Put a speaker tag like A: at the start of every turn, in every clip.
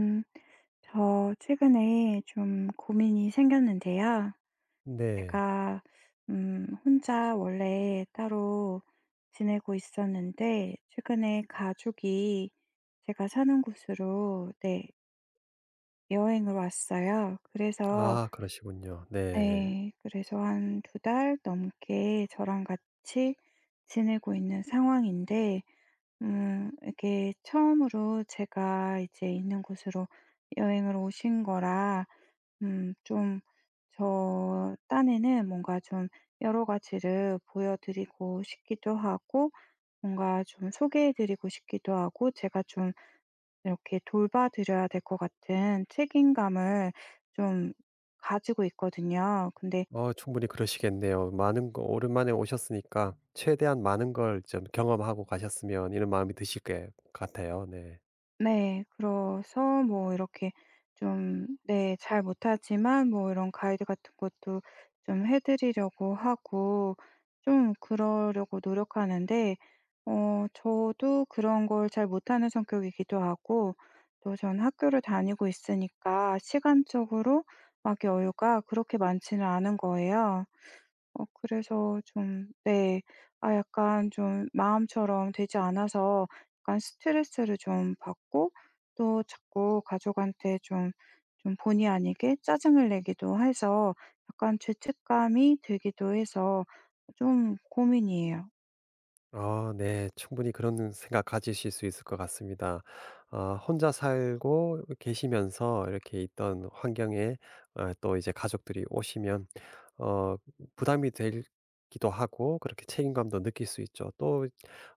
A: 음, 저 최근에 좀 고민이 생겼는데요.
B: 네.
A: 제가 혼자 원래 따로 지내고 있었는데 최근에 가족이 제가 사는 곳으로, 네, 여행을 왔어요. 그래서
B: 아, 그러시군요. 네.
A: 네, 그래서 한 두 달 넘게 저랑 같이 지내고 있는 상황인데 이게 처음으로 제가 이제 있는 곳으로 여행을 오신 거라 좀 저 딴에는 뭔가 좀 여러 가지를 보여 드리고 싶기도 하고 뭔가 좀 소개해 드리고 싶기도 하고 제가 좀 이렇게 돌봐 드려야 될 것 같은 책임감을 좀 가지고 있거든요. 근데
B: 충분히 그러시겠네요. 많은 거 오랜만에 오셨으니까 최대한 많은 걸 좀 경험하고 가셨으면 이런 마음이 드실 것 같아요. 네.
A: 네. 그래서 뭐 이렇게 좀, 네, 잘 못하지만 뭐 이런 가이드 같은 것도 좀 해 드리려고 하고 좀 그러려고 노력하는데 저도 그런 걸 잘 못하는 성격이기도 하고 또 전 학교를 다니고 있으니까 시간적으로 막 여유가 그렇게 많지는 않은 거예요. 그래서 좀, 네. 약간 좀 마음처럼 되지 않아서 약간 스트레스를 좀 받고 또 자꾸 가족한테 좀 본의 아니게 짜증을 내기도 해서 약간 죄책감이 들기도 해서 좀 고민이에요.
B: 아, 네. 충분히 그런 생각 가지실 수 있을 것 같습니다. 아, 혼자 살고 계시면서 이렇게 있던 환경에 아, 또 이제 가족들이 오시면 어 부담이 되기도 하고 그렇게 책임감도 느낄 수 있죠. 또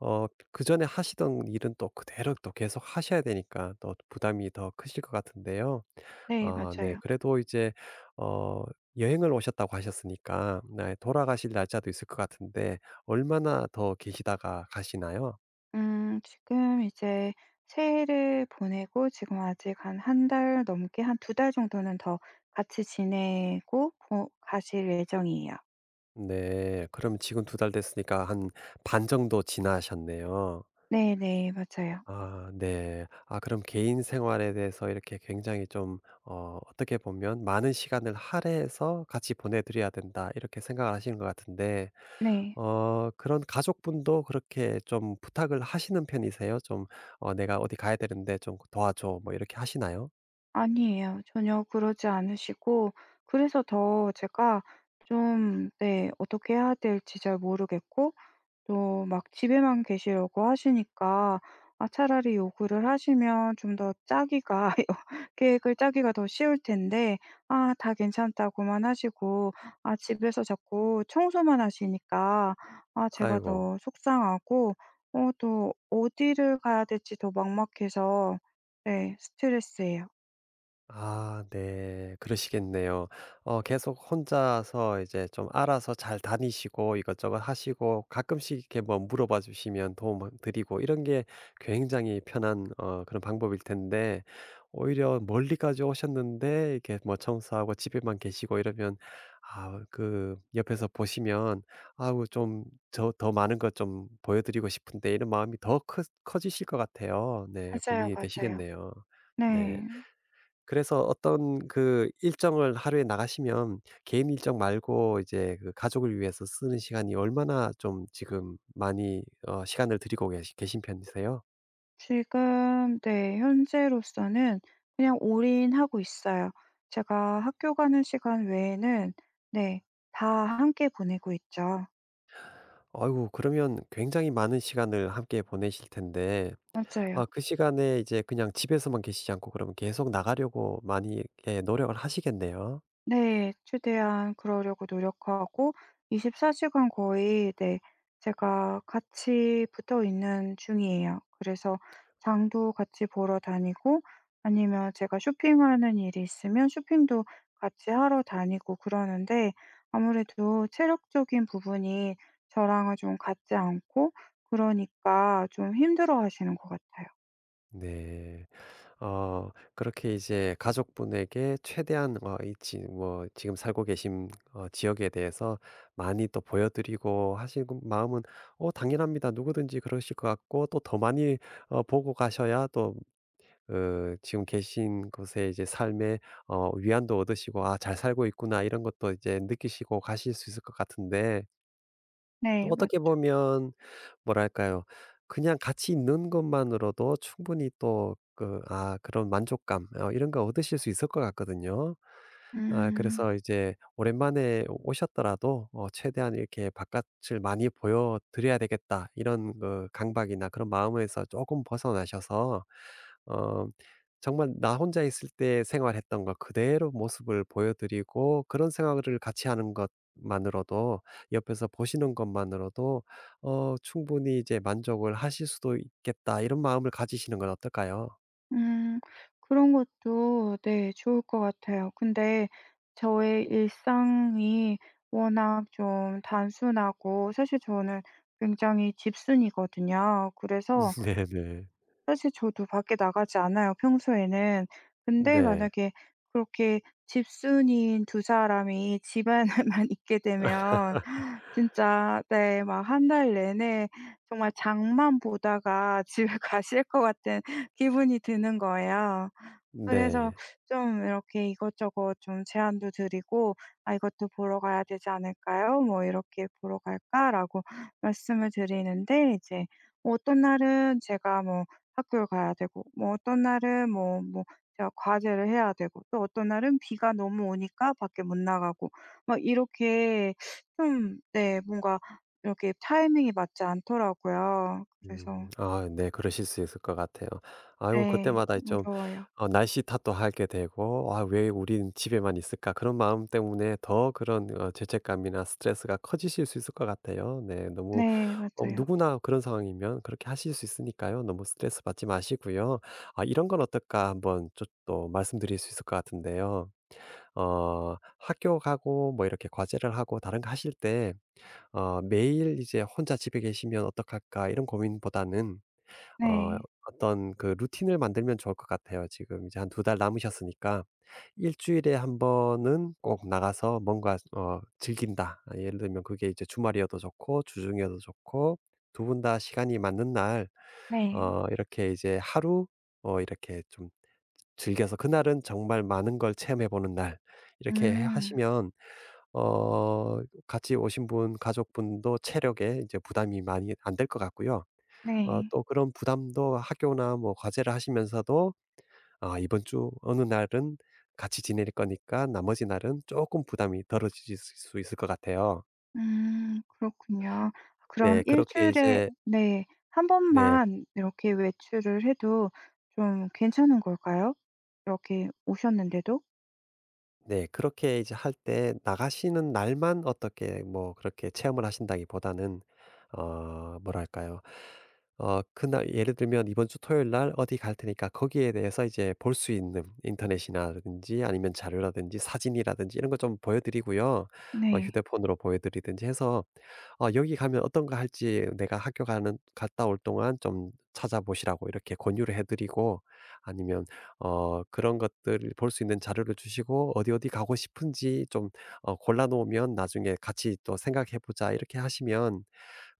B: 어 그전에 하시던 일은 또 그대로 또 계속 하셔야 되니까 또 부담이 더 크실 것 같은데요.
A: 네,
B: 아, 네.
A: 맞아요.
B: 그래도 이제 어 여행을 오셨다고 하셨으니까 네, 돌아가실 날짜도 있을 것 같은데 얼마나 더 계시다가 가시나요?
A: 지금 이제 새해를 보내고 지금 아직 한 한 달 넘게 한 두 달 정도는 더 같이 지내고 고 가실 예정이에요.
B: 네. 그럼 지금 두 달 됐으니까 한 반 정도 지나셨네요.
A: 네네, 맞아요.
B: 아, 네. 아, 그럼 개인 생활에 대해서 이렇게 굉장히 좀 어떻게 보면 '많은 시간을 할애해서 같이 보내 드려야 된다.' 이렇게 생각을 하시는 것 같은데
A: 네.
B: 그런 가족분도 그렇게 좀 부탁을 하시는 편이세요? 좀 "어 내가 어디 가야 되는데 좀 도와줘." 뭐 이렇게 하시나요?
A: 아니에요. 전혀 그러지 않으시고 그래서 더 제가 좀, 네, 어떻게 해야 될지 잘 모르겠고 또 막 집에만 계시려고 하시니까 차라리 요구를 하시면 좀 더 짜기가 계획을 짜기가 더 쉬울 텐데 다 괜찮다고만 하시고 집에서 자꾸 청소만 하시니까 제가
B: 아이고.
A: 더 속상하고 또 어디를 가야 될지 더 막막해서, 네, 스트레스예요.
B: 아, 네. 그러시겠네요. 계속 혼자서 이제 좀 알아서 잘 다니시고 이것저것 하시고 가끔씩 이렇게 뭐 물어봐 주시면 도움 드리고 이런 게 굉장히 편한 그런 방법일 텐데 오히려 멀리까지 오셨는데 이렇게 뭐 청소하고 집에만 계시고 이러면 아, 그 옆에서 보시면 '아우, 좀 저 더 많은 것 좀 보여 드리고 싶은데.' 이런 마음이 더 크 커지실 것 같아요. 네.
A: 맞아요,
B: 고민이
A: 맞아요.
B: 되시겠네요. 네.
A: 네.
B: 그래서 어떤 그 일정을 하루에 나가시면 개인 일정 말고 이제 그 가족을 위해서 쓰는 시간이 얼마나 좀 지금 많이 시간을 들이고 계시 계신 편이세요?
A: 지금, 네, 현재로서는 그냥 올인하고 있어요. 제가 학교 가는 시간 외에는, 네, 다 함께 보내고 있죠.
B: 아이고, 그러면 굉장히 많은 시간을 함께 보내실 텐데 아,
A: 맞아요.
B: 그 시간에 이제 그냥 집에서만 계시지 않고 그러면 계속 나가려고 많이 예, 노력을 하시겠네요.
A: 네. 최대한 그러려고 노력하고 24 시간 거의, 네, 제가 같이 붙어 있는 중이에요. 그래서 장도 같이 보러 다니고 아니면 제가 쇼핑하는 일이 있으면 쇼핑도 같이 하러 다니고 그러는데 아무래도 체력적인 부분이 저랑은 좀 같지 않고 그러니까 좀 힘들어하시는 것 같아요.
B: 네. 그렇게 이제 가족분에게 최대한 어 이 지 뭐 지금 살고 계신 지역에 대해서 많이 또 보여 드리고 하신 그 마음은 당연합니다. 누구든지 그러실 것 같고 또 더 많이 보고 가셔야 또 어, 지금 계신 곳에 이제 삶에 위안도 얻으시고 '아 잘 살고 있구나.' 이런 것도 이제 느끼시고 가실 수 있을 것 같은데 또
A: 네.
B: 어떻게
A: 맞죠.
B: 보면 뭐랄까요? 그냥 같이 있는 것만으로도 충분히 또 그 아 그런 만족감 어 이런 거 얻으실 수 있을 것 같거든요. 아,
A: 음.
B: 그래서 이제 오랜만에 오셨더라도 어 '최대한 이렇게 바깥을 많이 보여 드려야 되겠다.' 이런 그 강박이나 그런 마음에서 조금 벗어나셔서 어 정말 나 혼자 있을 때 생활했던 거 그대로 모습을 보여 드리고 그런 생활을 같이 하는 것만으로도 옆에서 보시는 것만으로도 '충분히 이제 만족을 하실 수도 있겠다.' 이런 마음을 가지시는 건 어떨까요?
A: 음. 그런 것도, 네, 좋을 것 같아요. 근데 저의 일상이 워낙 좀 단순하고 사실 저는 굉장히 집순이거든요. 그래서
B: 네네.
A: 사실 저도 밖에 나가지 않아요, 평소에는. 근데
B: 네.
A: 만약에 그렇게 집순이인 두 사람이 집안에만 있게 되면 진짜, 네, 막 한 달 내내 정말 장만 보다가 집에 가실 것 같은 기분이 드는 거예요. 그래서
B: 네.
A: 좀 이렇게 이것저것 좀 제안도 드리고 "아 이것도 보러 가야 되지 않을까요?" 뭐 "이렇게 보러 갈까?"라고 말씀을 드리는데 이제 뭐 어떤 날은 제가 뭐 학교를 가야 되고 뭐 어떤 날은 뭐 제가 과제를 해야 되고 또 어떤 날은 비가 너무 오니까 밖에 못 나가고 막 이렇게 좀, 네, 뭔가 이렇게 타이밍이 맞지 않더라고요.
B: 음.
A: 그래서,
B: 아, 네. 그러실 수 있을 것 같아요. 아이고,
A: 네,
B: 그때마다 좀
A: 어려워요.
B: 날씨 탓도 하게 되고 '아 왜 우린 집에만 있을까?' 그런 마음 때문에 더 그런 어 죄책감이나 스트레스가 커지실 수 있을 것 같아요. 네. 너무
A: 네, 맞아요.
B: 누구나 그런 상황이면 그렇게 하실 수 있으니까요. 너무 스트레스 받지 마시고요. '아 이런 건 어떨까?' 한번 좀 또 말씀드릴 수 있을 것 같은데요. 학교 가고 뭐 이렇게 과제를 하고 다른 거 하실 때 '매일 이제 혼자 집에 계시면 어떡할까?' 이런 고민보다는 어
A: 네.
B: 어떤 그 루틴을 만들면 좋을 것 같아요. 지금 이제 한 두 달 남으셨으니까 일 주일에 한 번은 꼭 나가서 뭔가 즐긴다. 아, 예를 들면 그게 이제 주말이어도 좋고 주중이어도 좋고 두 분 다 시간이 맞는 날
A: 네.
B: 이렇게 이제 하루 이렇게 좀 즐겨서 그날은 정말 많은 걸 체험해 보는 날, 이렇게 해
A: 음.
B: 하시면 어 같이 오신 분 가족분도 체력에 이제 부담이 많이 안 될 것 같고요.
A: 네.
B: 또 그런 부담도 학교나 뭐 과제를 하시면서도 아, 이번 주 어느 날은 같이 지낼 거니까 나머지 날은 조금 부담이 덜어질 수 있을 것 같아요.
A: 음. 그렇군요. 그럼
B: 네.
A: 일
B: 그렇게
A: 주일에,
B: 이제
A: 네, 한
B: 네.
A: 번만 이렇게 외출을 해도 좀 괜찮은 걸까요? 이렇게 오셨는데도?
B: 네. 그렇게 이제 할 때 나가시는 날만 어떻게 뭐 그렇게 체험을 하신다기보다는 뭐랄까요? 그날 예를 들면 "이번 주 토요일 날 어디 갈 테니까 거기에 대해서 이제 볼 수 있는 인터넷이라든지 아니면 자료라든지 사진이라든지 이런 거 좀 보여 드리고요.
A: 네.
B: 휴대폰으로 보여 드리든지 해서 "여기 가면 어떤 거 할지 내가 학교 가는 갔다 올 동안 좀 찾아보시라."고 이렇게 권유를 해 드리고, 아니면 그런 것들을 볼 수 있는 자료를 주시고 "어디, 어디 가고 싶은지 좀 골라 놓으면 나중에 같이 또 생각해 보자." 이렇게 하시면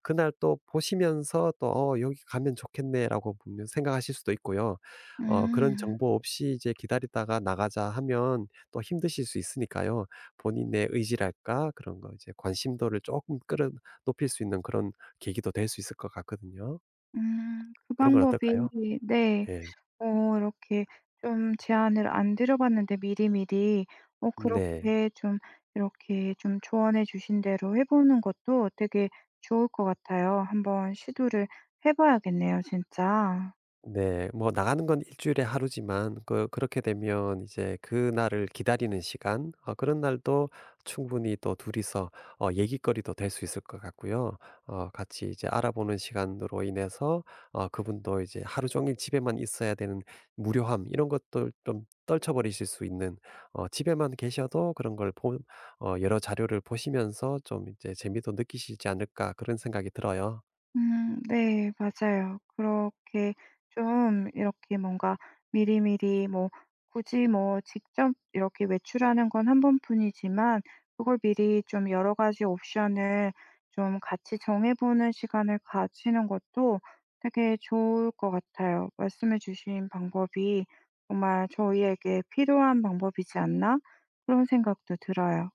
B: 그날 또 보시면서 또 '어 여기 가면 좋겠네.'라고 분명 생각하실 수도 있고요. 그런
A: 음.
B: 정보 없이 이제 기다리다가 나가자 하면 또 힘드실 수 있으니까요. 본인의 의지랄까 그런 거 이제 관심도를 조금 끌어 높일 수 있는 그런 계기도 될 수 있을 것 같거든요.
A: 음. 그
B: 그런 건
A: 방법이,
B: 어떨까요?
A: 네,
B: 예.
A: 이렇게 좀 제안을 안 드려 봤는데 미리미리
B: 네.
A: 그렇게 좀 이렇게 좀 조언해 주신 대로 해 보는 것도 되게 좋을 것 같아요. 한번 시도를 해 봐야겠네요 진짜.
B: 네. 뭐 나가는 건 일 주일에 하루지만 그 그렇게 되면 이제 그날을 기다리는 시간 그런 날도 충분히 또 둘이서 얘기거리도 될 수 있을 것 같고요. 같이 이제 알아보는 시간으로 인해서 그분도 이제 하루 종일 집에만 있어야 되는 무료함, 이런 것들 좀 떨쳐 버리실 수 있는 집에만 계셔도 그런 걸 보 어 여러 자료를 보시면서 좀 이제 재미도 느끼시지 않을까 그런 생각이 들어요.
A: 음, 네. 맞아요. 그렇게 좀 이렇게 뭔가 미리미리 뭐 굳이 뭐 직접 이렇게 외출하는 건 한 번뿐이지만 그걸 미리 좀 여러 가지 옵션을 좀 같이 정해 보는 시간을 가지는 것도 되게 좋을 것 같아요. 말씀해 주신 방법이 정말 저희에게 필요한 방법이지 않나 그런 생각도 들어요.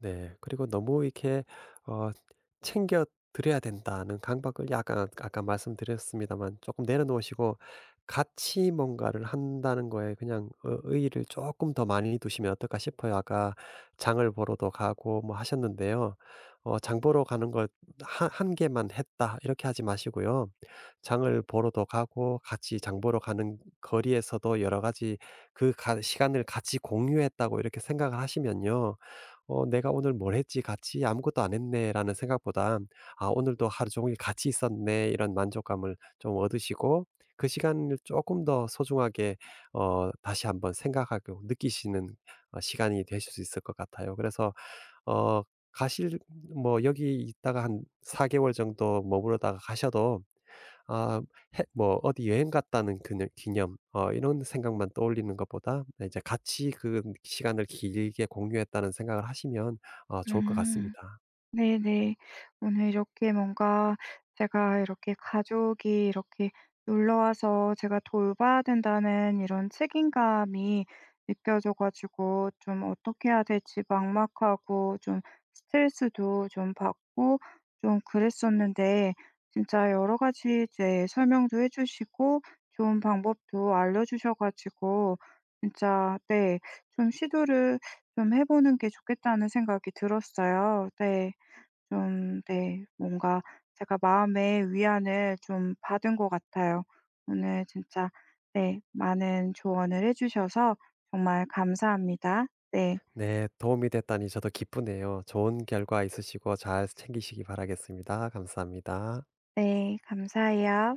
B: 네. 그리고 너무 이렇게 어 챙겨 드려야 된다는 강박을 약간 아까 말씀드렸습니다만 조금 내려놓으시고 같이 뭔가를 한다는 거에 그냥 의의를 조금 더 많이 두시면 어떨까 싶어요. 아까 장을 보러도 가고 뭐 하셨는데요. '장 보러 가는 걸 한 한 개만 했다.' 이렇게 하지 마시고요. 장을 보러도 가고 같이 장 보러 가는 거리에서도 여러 가지 그 가 시간을 같이 공유했다고 이렇게 생각을 하시면요. '내가 오늘 뭘 했지? 같이 아무것도 안 했네.'라는 생각보다 '아 오늘도 하루 종일 같이 있었네.' 이런 만족감을 좀 얻으시고 그 시간을 조금 더 소중하게 다시 한번 생각하고 느끼시는 시간이 되실 수 있을 것 같아요. 그래서 어 가실 뭐 여기 있다가 한 4 개월 정도 머무르다가 가셔도 아, 해 뭐 어디 여행 갔다는 그녀 기념 이런 생각만 떠올리는 것보다 이제 같이 그 시간을 길게 공유했다는 생각을 하시면 좋을 것
A: 음.
B: 같습니다.
A: 네네. 오늘 이렇게 뭔가 제가 이렇게 가족이 이렇게 놀러 와서 제가 돌봐야 된다는 이런 책임감이 느껴져 가지고 좀 어떻게 해야 될지 막막하고 좀 스트레스도 좀 받고 좀 그랬었는데 진짜 여러 가지 이제 설명도 해 주시고 좋은 방법도 알려주셔 가지고 진짜, 네, 좀 '시도를 좀 해 보는 게 좋겠다.'는 생각이 들었어요. 네. 좀, 네, 뭔가 제가 마음의 위안을 좀 받은 것 같아요. 오늘 진짜, 네, 많은 조언을 해 주셔서 정말 감사합니다. 네.
B: 네. 도움이 됐다니 저도 기쁘네요. 좋은 결과 있으시고 잘 챙기시기 바라겠습니다. 감사합니다.
A: 네. 감사해요.